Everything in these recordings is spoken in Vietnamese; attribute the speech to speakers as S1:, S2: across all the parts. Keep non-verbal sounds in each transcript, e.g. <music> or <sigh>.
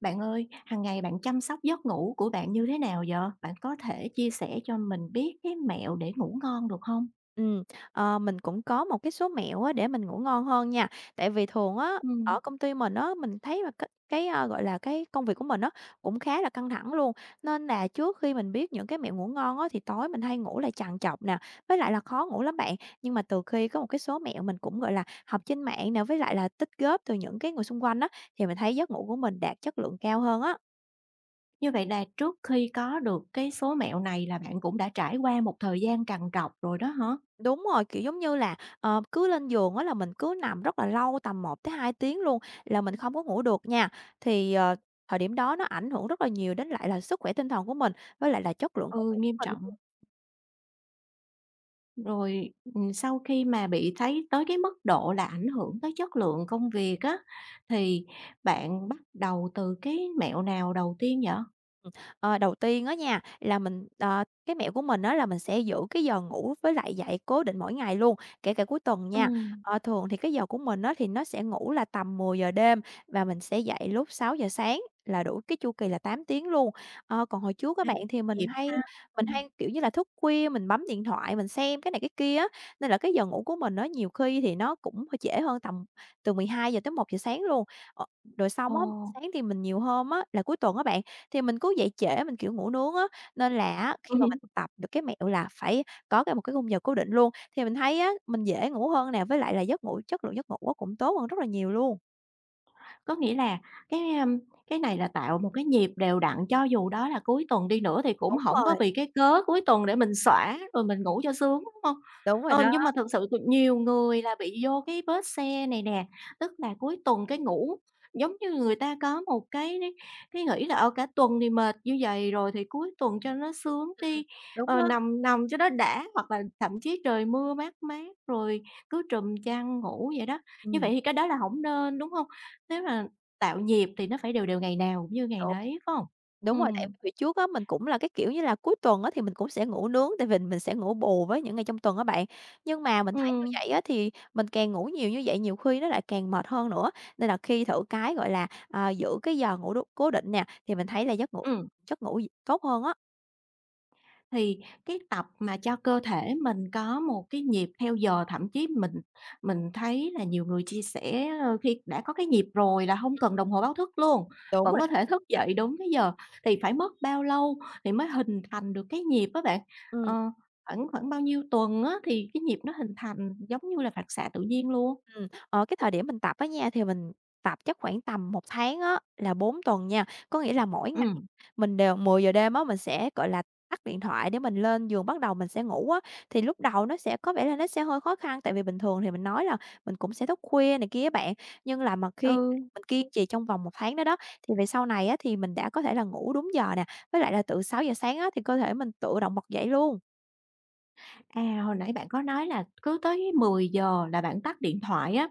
S1: Bạn ơi, hàng ngày bạn chăm sóc giấc ngủ của bạn như thế nào vậy? Bạn có thể chia sẻ cho mình biết cái mẹo để ngủ ngon được không?
S2: Ừm, mình cũng có một cái số mẹo á để mình ngủ ngon hơn nha. Tại vì thường á,
S1: Ừm,
S2: ở công ty mình á, mình thấy mà gọi là, cái công việc của mình á, cũng khá là căng thẳng luôn, nên là trước khi mình biết những cái mẹo ngủ ngon á, thì tối mình hay ngủ lại trằn trọc nè, với lại là khó ngủ lắm bạn. Nhưng mà từ khi có một cái số mẹo mình cũng, gọi là, học trên mạng nè, với lại là tích góp từ những cái người xung quanh á, thì mình thấy giấc ngủ của mình đạt chất lượng cao hơn á.
S1: Như vậy là trước khi có được cái số mẹo này là bạn cũng đã trải qua một thời gian trằn trọc rồi đó hả?
S2: Đúng rồi, kiểu, giống như là, cứ lên giường á là mình cứ nằm rất là lâu, tầm 1 tới 2 tiếng luôn, là mình không có ngủ được nha. Thì, ờ, thời điểm đó nó ảnh hưởng rất là nhiều đến lại là sức khỏe tinh thần của mình, với lại là chất lượng công
S1: Ừ,
S2: việc
S1: nghiêm
S2: của mình.
S1: trọng. Rồi, sau khi mà bị thấy tới cái mức độ là ảnh hưởng tới chất lượng công việc á, thì bạn bắt đầu từ cái mẹo nào đầu tiên vậy?
S2: Ờ, đầu tiên á nha, là mình cái mẹo của mình đó là mình sẽ giữ cái giờ ngủ với lại dậy cố định mỗi ngày luôn, kể cả cuối tuần nha.
S1: Ừm.
S2: Thường thì cái giờ của mình á thì nó sẽ ngủ là tầm 10 giờ đêm và mình sẽ dậy lúc 6 giờ sáng là đủ cái chu kỳ là 8 tiếng luôn. Còn hồi trước các bạn thì mình
S1: Dịp
S2: hay
S1: ha.
S2: mình
S1: Ừm.
S2: hay, kiểu như là, thức khuya, mình bấm điện thoại, mình xem cái này cái kia á, nên là cái giờ ngủ của mình nó nhiều khi thì nó cũng hơi trễ hơn tầm từ 12 giờ tới 1 giờ sáng luôn. Ờ, rồi
S1: Ồ.
S2: xong á, sáng thì mình nhiều hôm á là cuối tuần á bạn thì mình cứ dậy trễ, mình, kiểu, ngủ nướng á, nên là á khi mà mình
S1: <laughs>
S2: tập được cái mẹo là phải có một cái khung giờ cố định luôn, thì mình thấy á mình dễ ngủ hơn nè, với lại là giấc ngủ chất lượng giấc ngủ á cũng tốt hơn rất là nhiều luôn.
S1: Có nghĩa là cái, cái này là tạo một cái nhịp đều đặn, cho dù đó là cuối tuần đi nữa thì cũng
S2: Đúng
S1: hổng có
S2: rồi,
S1: vì cái cớ cuối tuần để mình xõa rồi mình ngủ cho sướng, đúng hông?
S2: đúng rồi
S1: Ờ,
S2: đó,
S1: nhưng mà thực sự cũng nhiều người là bị vô cái vết xe này nè, tức là cuối tuần cái ngủ giống như người ta có một cái nghĩ là, cả tuần thì mệt như vầy rồi thì cuối tuần cho nó sướng
S2: ừm,
S1: đi,
S2: đúng á,
S1: nằm nằm cho nó đã, hoặc là thậm chí trời mưa mát mát rồi cứ trùm chăn ngủ vậy đó. Như vậy
S2: ừm,
S1: thì cái đó là hổng nên, đúng hông? Nếu mà tạo nhịp thì nó phải đều đều ngày nào cũng như ngày
S2: đúng.
S1: nấy, phải hông?
S2: Đúng rồi, tại
S1: Ừm,
S2: vì trước á, mình cũng là cái kiểu như là cuối tuần á, thì mình cũng sẽ ngủ nướng, tại vì mình sẽ ngủ bù với những ngày trong tuần á bạn. Nhưng mà mình thấy như
S1: ừm,
S2: vậy á, thì mình càng ngủ nhiều như vậy nhiều khi nó lại càng mệt hơn nữa, nên là khi thử cái, gọi là, giữ cái giờ ngủ đ cố định nè, thì mình thấy là giấc ngủ
S1: ừm,
S2: giấc ngủ tốt hơn á.
S1: thì cái tập mà cho cơ thể mình có một cái nhịp theo giờ, thậm chí mình thấy là nhiều người chia sẻ, khi đã có cái nhịp rồi là hông cần đồng hồ báo thức luôn,
S2: Đúng
S1: vẫn
S2: rồi
S1: có
S2: đó,
S1: thể thức dậy đúng cái giờ, thì phải mất bao lâu thì mới hình thành được cái nhịp á bạn?
S2: ừm.
S1: Ờ, khoảng khoảng bao nhiêu tuần á thì cái nhịp nó hình thành giống như là phản xạ tự nhiên luôn?
S2: Ờ, cái thời điểm mình tập á nha, thì mình tập chắc khoảng tầm 1 tháng á, là 4 tuần nha. Có nghĩa là mỗi ngày
S1: Ừm,
S2: mình đều 10 giờ đêm á, mình sẽ, gọi là, tắt điện thoại để mình lên giường bắt đầu mình sẽ ngủ á. Thì lúc đầu nó sẽ có vẻ là nó sẽ hơi khó khăn, tại vì bình thường thì mình nói là mình cũng sẽ thức khuya này kia bạn, nhưng là mà khi
S1: ừ.
S2: mình kiên trì trong vòng 1 tháng đó đó, thì về sau này á, thì mình đã có thể là ngủ đúng giờ nè, với lại là từ 6 giờ sáng á, thì cơ thể mình tự động bật dậy luôn.
S1: À, hồi nãy bạn có nói là cứ tới 10 giờ là bạn tắt điện thoại á,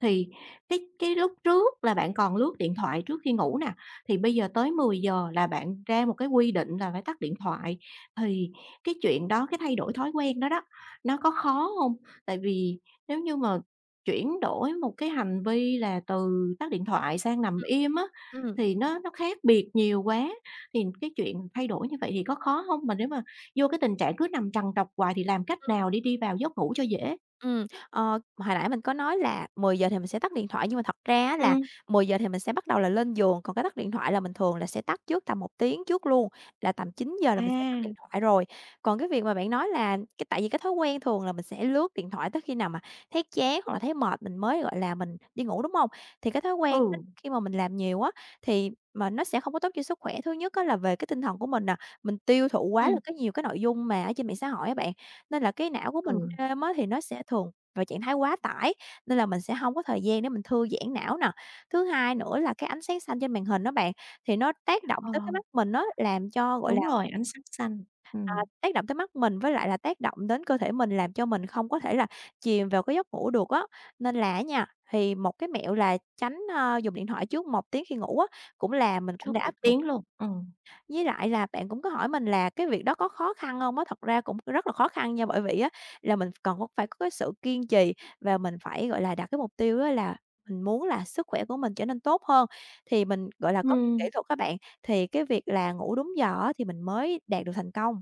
S1: thì cái lúc trước là bạn còn lướt điện thoại trước khi ngủ nè, thì bây giờ tới 10 giờ là bạn ra một cái quy định là phải tắt điện thoại, thì cái chuyện đó, cái thay đổi thói quen đó đó, nó có khó không? Tại vì nếu như mà chuyển đổi một cái hành vi là từ tắt điện thoại sang nằm im á,
S2: Ừm.
S1: thì nó khác biệt nhiều quá, thì cái chuyện thay đổi như vậy thì có khó không? Mà nếu mà vô cái tình trạng cứ nằm trằn trọc hoài thì làm cách nào để đi vào giấc ngủ cho dễ?
S2: Ờ, hồi nãy mình có nói là 10 giờ thì mình sẽ tắt điện thoại, nhưng mà thật ra á là
S1: Ừm.
S2: 10 giờ thì mình sẽ bắt đầu là lên giường, còn cái tắt điện thoại là mình thường là sẽ tắt trước tầm 1 tiếng trước luôn, là tầm 9 giờ là mình sẽ tắt
S1: À,
S2: điện thoại rồi. Còn cái việc mà bạn nói là cái tại vì cái thói quen thường là mình sẽ lướt điện thoại tới khi nào mà thấy chán hoặc là thấy mệt mình mới, gọi là, mình đi ngủ, đúng hông? Thì cái thói quen đó
S1: ừ,
S2: khi mà mình làm nhiều á, thì mà nó sẽ không có tốt cho sức khỏe. Thứ nhất á là về cái tinh thần của mình nè, mình tiêu thụ quá là
S1: ừm.
S2: cái nhiều cái nội dung mà ở trên mạng xã hội á bạn, nên là cái não của mình buổi
S1: Ừ,
S2: đêm á thì nó sẽ thường vào trạng thái quá tải, nên là mình sẽ hông có thời gian để mình thư giãn não nè. Thứ hai nữa là cái ánh sáng xanh trên màn hình á bạn, thì nó tác động
S1: ờ,
S2: tới cái mắt mình á, làm cho, gọi là,
S1: đúng rồi, ánh sáng xanh, ừm,
S2: tác động tới mắt mình với lại là tác động đến cơ thể mình, làm cho mình không có thể là chìm vào cái giấc ngủ được á. Nên là á nha, thì một cái mẹo là tránh, dùng điện thoại trước 1 tiếng khi ngủ á, cũng là mình
S1: trước
S2: cũng đã
S1: một
S2: áp dụng
S1: tiếng luôn.
S2: với lại là bạn cũng có hỏi mình là cái việc đó có khó khăn không á? Thật ra cũng rất là khó khăn nha, bởi vì á là mình còn có phải có cái sự kiên trì và mình phải, gọi là, đặt cái mục tiêu á là mình muốn là sức khỏe của mình trở nên tốt hơn. Thì mình, gọi là, có kỹ
S1: Ừm,
S2: thuật các bạn, thì cái việc là ngủ đúng giờ á thì mình mới đạt được thành công.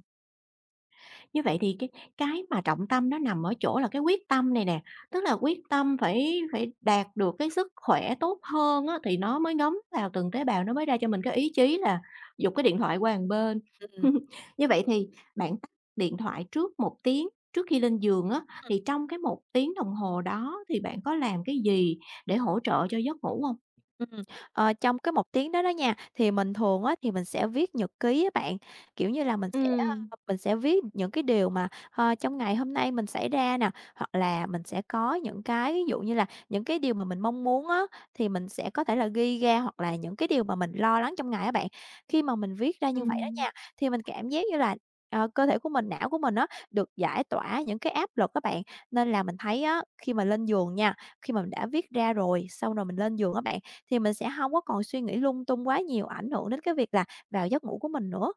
S1: Như vậy thì cái mà trọng tâm nó nằm ở chỗ là cái quyết tâm này nè, tức là quyết tâm phải phải đạt được cái sức khỏe tốt hơn á, thì nó mới ngấm vào từng tế bào, nó mới ra cho mình cái ý chí là giục cái điện thoại qua một bên.
S2: Ừm.
S1: <laughs> Như vậy thì bạn tắt điện thoại trước 1 tiếng trước khi lên giường á, thì trong cái 1 tiếng đồng hồ đó thì bạn có làm cái gì để hỗ trợ cho giấc ngủ không?
S2: Ừm, trong cái 1 tiếng đó đó nha, thì mình thường á, thì mình sẽ viết nhật ký á bạn, kiểu như là, mình sẽ,
S1: Ừm,
S2: mình sẽ viết những cái điều mà, trong ngày hôm nay mình xảy ra nè, hoặc là mình sẽ có những cái ví dụ như là những cái điều mà mình mong muốn á, thì mình sẽ có thể là ghi ra, hoặc là những cái điều mà mình lo lắng trong ngày á bạn. Khi mà mình viết ra như vậy đó
S1: ừm.
S2: nha, thì mình cảm giác như là, cơ thể của mình, não của mình á, được giải tỏa những cái áp lực các bạn. Nên là mình thấy á, khi mà lên giường nha, khi mà mình đã viết ra rồi, xong rồi mình lên giường á bạn, thì mình sẽ hông có còn suy nghĩ lung tung quá nhiều, ảnh hưởng đến cái việc là vào giấc ngủ của mình nữa.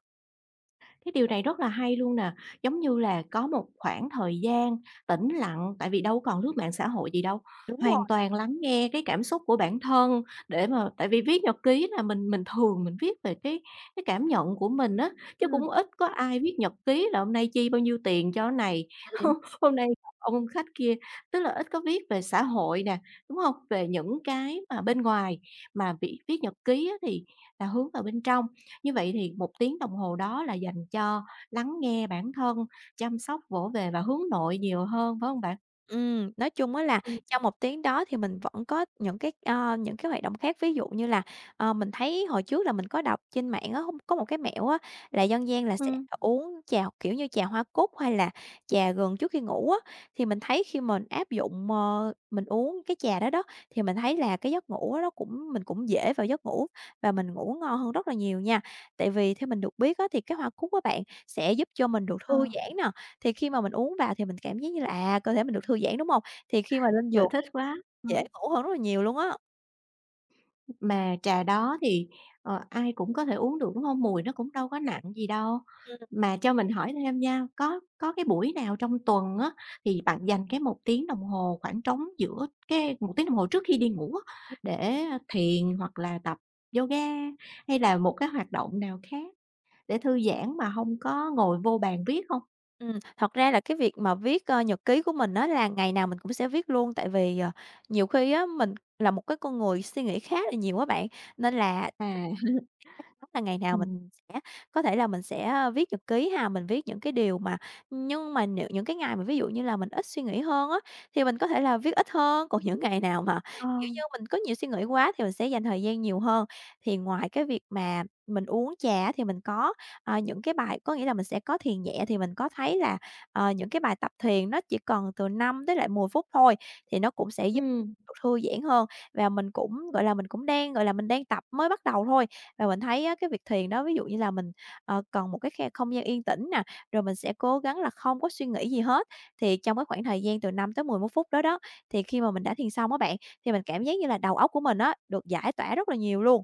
S1: Cái điều này rất là hay luôn nè, giống như là có một khoảng thời gian tĩnh lặng, tại vì đâu còn lướt mạng xã hội gì đâu,
S2: Đúng rồi.
S1: hoàn toàn lắng nghe cái cảm xúc của bản thân để mà tại vì viết nhật ký là mình thường mình viết về cái cảm nhận của mình á, chứ
S2: Ừm.
S1: cũng ít có ai viết nhật ký là hôm nay chi bao nhiêu tiền cho cái này, <laughs> hôm nay gặp ông khách kia, tức là ít có viết về xã hội nè, đúng không? Về những cái mà bên ngoài, mà viết viết nhật ký á thì là hướng vào bên trong. Như vậy thì 1 tiếng đồng hồ đó là dành cho lắng nghe bản thân, chăm sóc, vỗ về và hướng nội nhiều hơn, phải hông bạn?
S2: Nói chung á là
S1: Ừ,
S2: trong 1 tiếng đó thì mình vẫn có những cái, những cái hoạt động khác. Ví dụ như là, mình thấy hồi trước là mình có đọc trên mạng á, hông có một cái mẹo á, là dân gian là sẽ
S1: ừm.
S2: uống trà, kiểu như, trà hoa cúc hay là trà gừng trước khi ngủ á. Thì mình thấy khi mình áp dụng, mình uống cái trà đó đó, thì mình thấy là cái giấc ngủ á nó cũng mình cũng dễ vào giấc ngủ và mình ngủ ngon hơn rất là nhiều nha. Tại vì theo mình được biết á, thì cái hoa cúc á bạn, sẽ giúp cho mình được
S1: Ờ.
S2: thư giãn nè, thì khi mà mình uống vào thì mình cảm giác như là, cơ thể mình được thư giãn, đúng hông? Thì khi mà lên
S1: Trời,
S2: giường
S1: thích quá! Ờ.
S2: dễ ngủ hơn rất là nhiều luôn á.
S1: Mà trà đó thì, ai cũng có thể uống được, đúng không? Mùi nó cũng đâu có nặng gì đâu.
S2: Ừm.
S1: Mà cho mình hỏi thêm nha, có cái buổi nào trong tuần á, thì bạn dành cái 1 tiếng đồng hồ khoảng trống giữa cái 1 tiếng đồng hồ trước khi đi ngủ á, để thiền hoặc là tập yoga hay là một cái hoạt động nào khác? Để thư giãn mà không có ngồi vô bàn viết không?
S2: Thật ra là cái việc mà viết, nhật ký của mình á là ngày nào mình cũng sẽ viết luôn, tại vì, nhiều khi á, mình là một cái con người suy nghĩ khá là nhiều á bạn, nên là
S1: À.
S2: chắc chắn là ngày nào mình
S1: Ừm,
S2: sẽ có thể là mình sẽ, viết nhật ký ha, mình viết những cái điều mà nhưng mà nếu những cái ngày mà ví dụ như là mình ít suy nghĩ hơn á, thì mình có thể là viết ít hơn, còn những ngày nào mà,
S1: ờ,
S2: kiểu như, mình có nhiều suy nghĩ quá thì mình sẽ dành thời gian nhiều hơn. Thì ngoài cái việc mà mình uống trà á thì mình có, những cái bài có nghĩa là mình sẽ có thiền nhẹ thì mình có thấy là, những cái bài tập thiền nó chỉ cần từ 5 tới lại 10 phút thôi, thì nó cũng sẽ giúp
S1: ừm,
S2: thư giãn hơn. Và mình cũng, gọi là, mình cũng đang, gọi là, mình đang tập mới bắt đầu thôi, và mình thấy á cái việc thiền đó, ví dụ như là mình, cần một cái khe không gian yên tĩnh nè, rồi mình sẽ cố gắng là không có suy nghĩ gì hết. Thì trong cái khoảng thời gian từ 5 tới 11 phút đó đó, thì khi mà mình đã thiền xong á bạn, thì mình cảm giác như là đầu óc của mình á, được giải tỏa rất là nhiều luôn.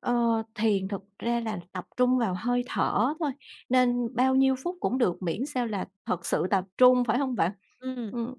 S1: ờ, Thiền thực ra là tập trung vào hơi thở thôi, nên bao nhiêu phút cũng được miễn sao là thật sự tập trung, phải không bạn?
S2: Ừm.
S1: Ừm,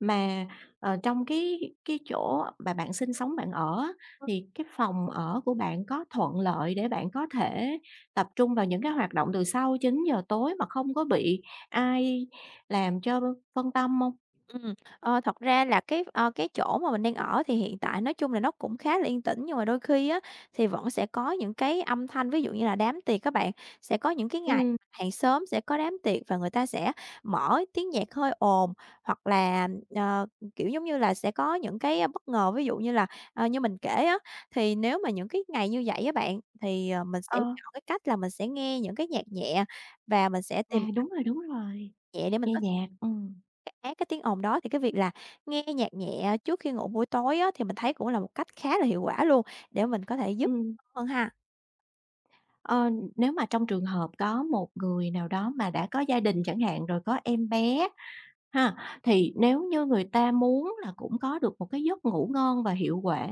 S1: mà, trong cái chỗ mà bạn sinh sống, bạn ở á, thì cái phòng ở của bạn có thuận lợi để bạn có thể tập trung vào những cái hoạt động từ sau 9 giờ tối mà không có bị ai làm cho phân tâm không?
S2: Ừm, thật ra là cái chỗ mà mình đang ở thì hiện tại nói chung là nó cũng khá là yên tĩnh, nhưng mà đôi khi á, thì vẫn sẽ có những cái âm thanh, ví dụ như là đám tiệc các bạn. Sẽ có những cái ngày
S1: Ừm,
S2: hàng xóm sẽ có đám tiệc và người ta sẽ mở tiếng nhạc hơi ồn, hoặc là, ờ, kiểu, giống như là, sẽ có những cái bất ngờ, ví dụ như là, như mình kể á, thì nếu mà những cái ngày như vậy á bạn, thì, mình sẽ
S1: ờ.
S2: chọn cái cách là mình sẽ nghe những cái nhạc nhẹ và mình sẽ
S1: À,
S2: tìm
S1: đúng rồi,
S2: nhẹ để mình
S1: nghe
S2: có
S1: nhạc.
S2: cái át cái tiếng ồn đó thì cái việc là nghe nhạc nhẹ trước khi ngủ buổi tối á, thì mình thấy cũng là một cách khá là hiệu quả luôn để mình có thể giúp
S1: Ừm.
S2: hơn ha.
S1: Ờ, nếu mà trong trường hợp có một người nào đó mà đã có gia đình chẳng hạn, rồi có em bé ha, thì nếu như người ta muốn là cũng có được một cái giấc ngủ ngon và hiệu quả,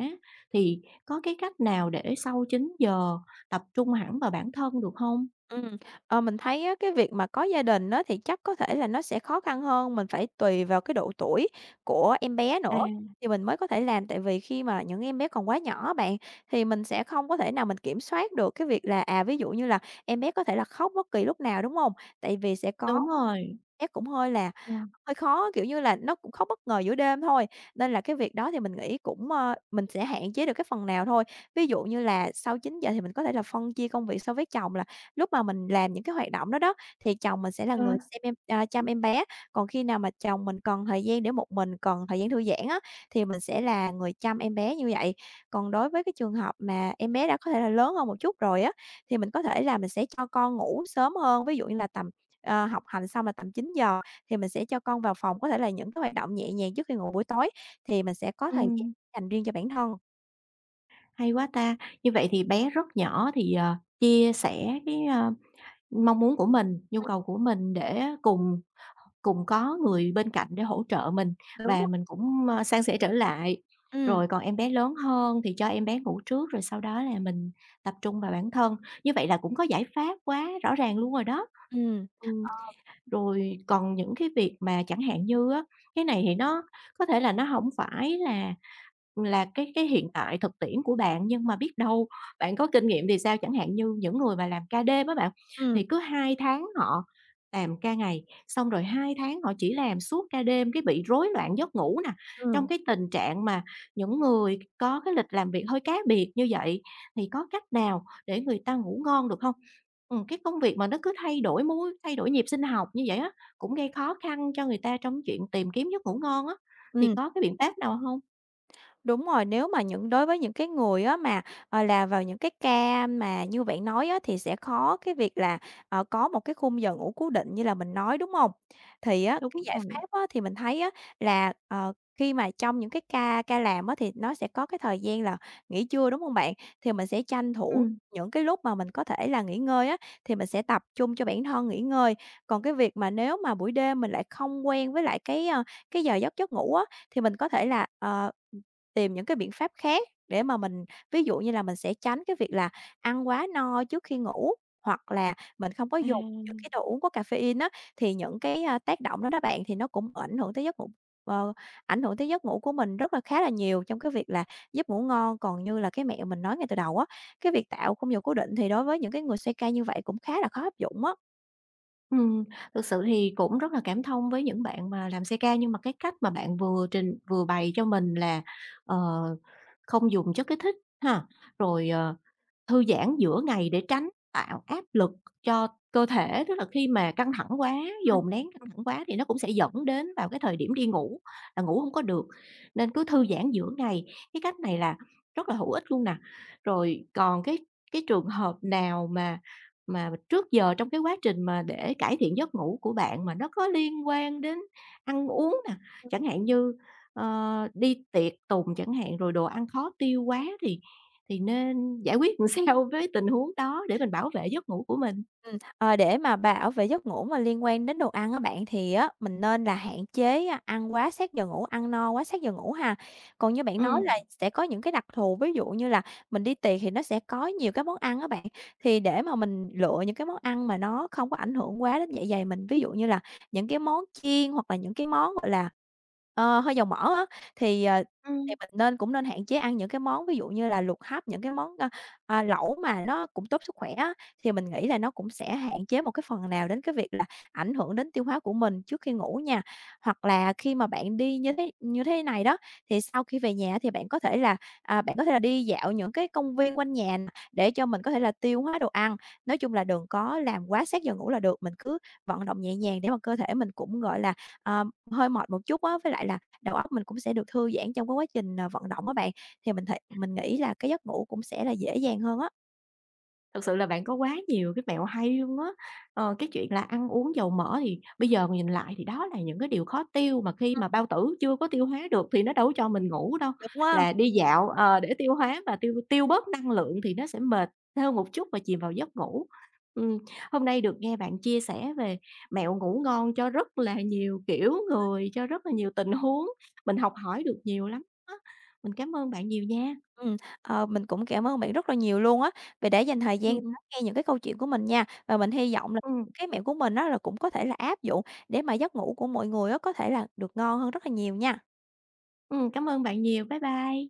S1: thì có cái cách nào để sau 9 giờ tập trung hẳn vào bản thân được không?
S2: Ừm, mình thấy á, cái việc mà có gia đình á, thì chắc có thể là nó sẽ khó khăn hơn, mình phải tùy vào cái độ tuổi của em bé nữa
S1: À.
S2: thì mình mới có thể làm. Tại vì khi mà những em bé còn quá nhỏ bạn, thì mình sẽ không có thể nào mình kiểm soát được cái việc là, ví dụ như là em bé có thể là khóc bất kỳ lúc nào, đúng không? Tại vì sẽ có
S1: Đúng rồi,
S2: chắc cũng hơi là
S1: ờ,
S2: hơi khó, kiểu như là, nó cũng khó bất ngờ giữa đêm thôi, nên là cái việc đó thì mình nghĩ cũng, mình sẽ hạn chế được cái phần nào thôi. Ví dụ như là sau 9 giờ thì mình có thể là phân chia công việc so với chồng là lúc mà mình làm những cái hoạt động đó đó, thì chồng mình sẽ là
S1: ờ.
S2: người xem em à, chăm em bé, còn khi nào mà chồng mình cần thời gian để một mình, cần thời gian thư giãn á, thì mình sẽ là người chăm em bé như vậy. Còn đối với cái trường hợp mà em bé đã có thể là lớn hơn một chút rồi á, thì mình có thể là mình sẽ cho con ngủ sớm hơn, ví dụ như là tầm học hành xong là tầm 9 giờ thì mình sẽ cho con vào phòng, có thể là những cái hoạt động nhẹ nhàng trước khi ngủ buổi tối thì mình sẽ có thời gian
S1: ừm,
S2: dành riêng cho bản thân.
S1: Hay quá ta! Như vậy thì bé rất nhỏ thì, chia sẻ cái, mong muốn của mình, nhu cầu của mình để cùng cùng có người bên cạnh để hỗ trợ mình
S2: Đúng
S1: và
S2: rồi.
S1: mình cũng, san sẻ trở lại.
S2: Ừm,
S1: Rồi còn em bé lớn hơn thì cho em bé ngủ trước, rồi sau đó là mình tập trung vào bản thân, như vậy là cũng có giải pháp quá rõ ràng luôn rồi đó.
S2: ừm,
S1: Ừ. Rồi còn những cái việc mà chẳng hạn như á, cái này thì nó có thể là nó hổng phải là cái hiện tại thực tiễn của bạn, nhưng mà biết đâu bạn có kinh nghiệm thì sao? Chẳng hạn như những người mà làm ca đêm á bạn,
S2: ừm,
S1: thì cứ 2 tháng họ làm ca ngày, xong rồi 2 tháng họ chỉ làm suốt ca đêm, cái bị rối loạn giấc ngủ nè, trong
S2: ừm,
S1: cái tình trạng mà những người có cái lịch làm việc hơi cá biệt như vậy, thì có cách nào để người ta ngủ ngon được hông? Cái công việc mà nó cứ thay đổi múi thay đổi nhịp sinh học như vậy á, cũng gây khó khăn cho người ta trong chuyện tìm kiếm giấc ngủ ngon á, thì
S2: ừm.
S1: có cái biện pháp nào không?
S2: Đúng rồi, nếu mà đối với những cái người á mà, là vào những cái ca mà như bạn nói á, thì sẽ khó cái việc là, có một cái khung giờ ngủ cố định như là mình nói, đúng không? Thì á, cái
S1: Đúng
S2: giải
S1: rồi.
S2: pháp á, thì mình thấy á, là, khi mà trong những cái ca ca làm á, thì nó sẽ có cái thời gian là nghỉ trưa, đúng không bạn? Thì mình sẽ tranh thủ
S1: Ừm.
S2: những cái lúc mà mình có thể là nghỉ ngơi á, thì mình sẽ tập trung cho bản thân nghỉ ngơi. Còn cái việc mà nếu mà buổi đêm mình lại không quen với lại cái giờ giấc giấc ngủ á, thì mình có thể là, tìm những cái biện pháp khác để mà mình ví dụ như là mình sẽ tránh cái việc là ăn quá no trước khi ngủ, hoặc là mình không có dùng
S1: À.
S2: những cái đồ uống có caffeine á, thì những cái tác động đó đó bạn, thì nó cũng ảnh hưởng tới giấc ngủ ờ, ảnh hưởng tới giấc ngủ của mình rất là khá là nhiều trong cái việc là giúp ngủ ngon. Còn như là cái mẹo mình nói ngay từ đầu á, cái việc tạo khung giờ cố định thì đối với những cái người xoay ca như vậy cũng khá là khó áp dụng á.
S1: Ừm, Thực sự thì cũng rất là cảm thông với những bạn mà làm xê ca nhưng mà cái cách mà bạn vừa trình vừa bày cho mình là, ờ, không dùng chất kích thích ha, rồi, thư giãn giữa ngày để tránh tạo áp lực cho cơ thể, tức là khi mà căng thẳng quá, dồn nén căng thẳng quá thì nó cũng sẽ dẫn đến vào cái thời điểm đi ngủ là ngủ không có được, nên cứ thư giãn giữa ngày. Cái cách này là rất là hữu ích luôn nè. Rồi còn cái trường hợp nào mà trước giờ trong cái quá trình mà để cải thiện giấc ngủ của bạn mà nó có liên quan đến ăn uống nè, chẳng hạn như, đi tiệc tùng chẳng hạn, rồi đồ ăn khó tiêu quá thì nên giải quyết làm sao với tình huống đó để mình bảo vệ giấc ngủ của mình.
S2: Ờ, để mà bảo vệ giấc ngủ mà liên quan đến đồ ăn á bạn, thì á, mình nên là hạn chế ăn quá sát giờ ngủ, ăn no quá sát giờ ngủ ha. Còn như bạn nói
S1: Ừm.
S2: là sẽ có những cái đặc thù, ví dụ như là mình đi tiệc thì nó sẽ có nhiều cái món ăn á bạn, thì để mà mình lựa những cái món ăn mà nó không có ảnh hưởng quá đến dạ dày mình, ví dụ như là những cái món chiên hoặc là những cái món, gọi là, hơi dầu mỡ á, thì, thì
S1: Ừm.
S2: mình cũng nên hạn chế ăn những cái món ví dụ như là luộc hấp, những cái món lẩu mà nó cũng tốt sức khỏe á. Thì mình nghĩ là nó cũng sẽ hạn chế một cái phần nào đến cái việc là ảnh hưởng đến tiêu hóa của mình trước khi ngủ nha. Hoặc là khi mà bạn đi như thế này đó, thì sau khi về nhà thì bạn có thể là, bạn có thể là đi dạo những cái công viên quanh nhà nè, để cho mình có thể là tiêu hóa đồ ăn. Nói chung là đừng có làm quá sát giờ ngủ là được, mình cứ vận động nhẹ nhàng để mà cơ thể mình cũng, gọi là, ờ, hơi mệt một chút á, với lại là đầu óc mình cũng sẽ được thư giãn trong cái quá trình, vận động á bạn. Thì mình nghĩ là cái giấc ngủ cũng sẽ là dễ dàng hơn á.
S1: Thực sự là bạn có quá nhiều cái mẹo hay luôn á. Ờ, cái chuyện là ăn uống dầu mỡ thì bây giờ mà nhìn lại thì đó là những cái điều khó tiêu mà khi
S2: Ừm,
S1: mà bao tử chưa có tiêu hóa được thì nó đâu có cho mình ngủ đâu.
S2: đúng á.
S1: Là đi dạo, để tiêu hóa và tiêu tiêu bớt năng lượng thì nó sẽ mệt hơn một chút và chìm vào giấc ngủ. Ừm, Hôm nay được nghe bạn chia sẻ về mẹo ngủ ngon cho rất là nhiều kiểu người, cho rất là nhiều tình huống, mình học hỏi được nhiều lắm á. Mình cảm ơn bạn nhiều nha.
S2: Ừm, mình cũng cảm ơn bạn rất là nhiều luôn á, vì đã dành thời gian
S1: Ừm, ừm,
S2: lắng nghe những cái câu chuyện của mình nha. Và mình hy vọng là
S1: ừm,
S2: cái mẹo của mình á là cũng có thể là áp dụng để mà giấc ngủ của mọi người á có thể là được ngon hơn rất là nhiều nha.
S1: Cảm ơn bạn nhiều. Bye bye.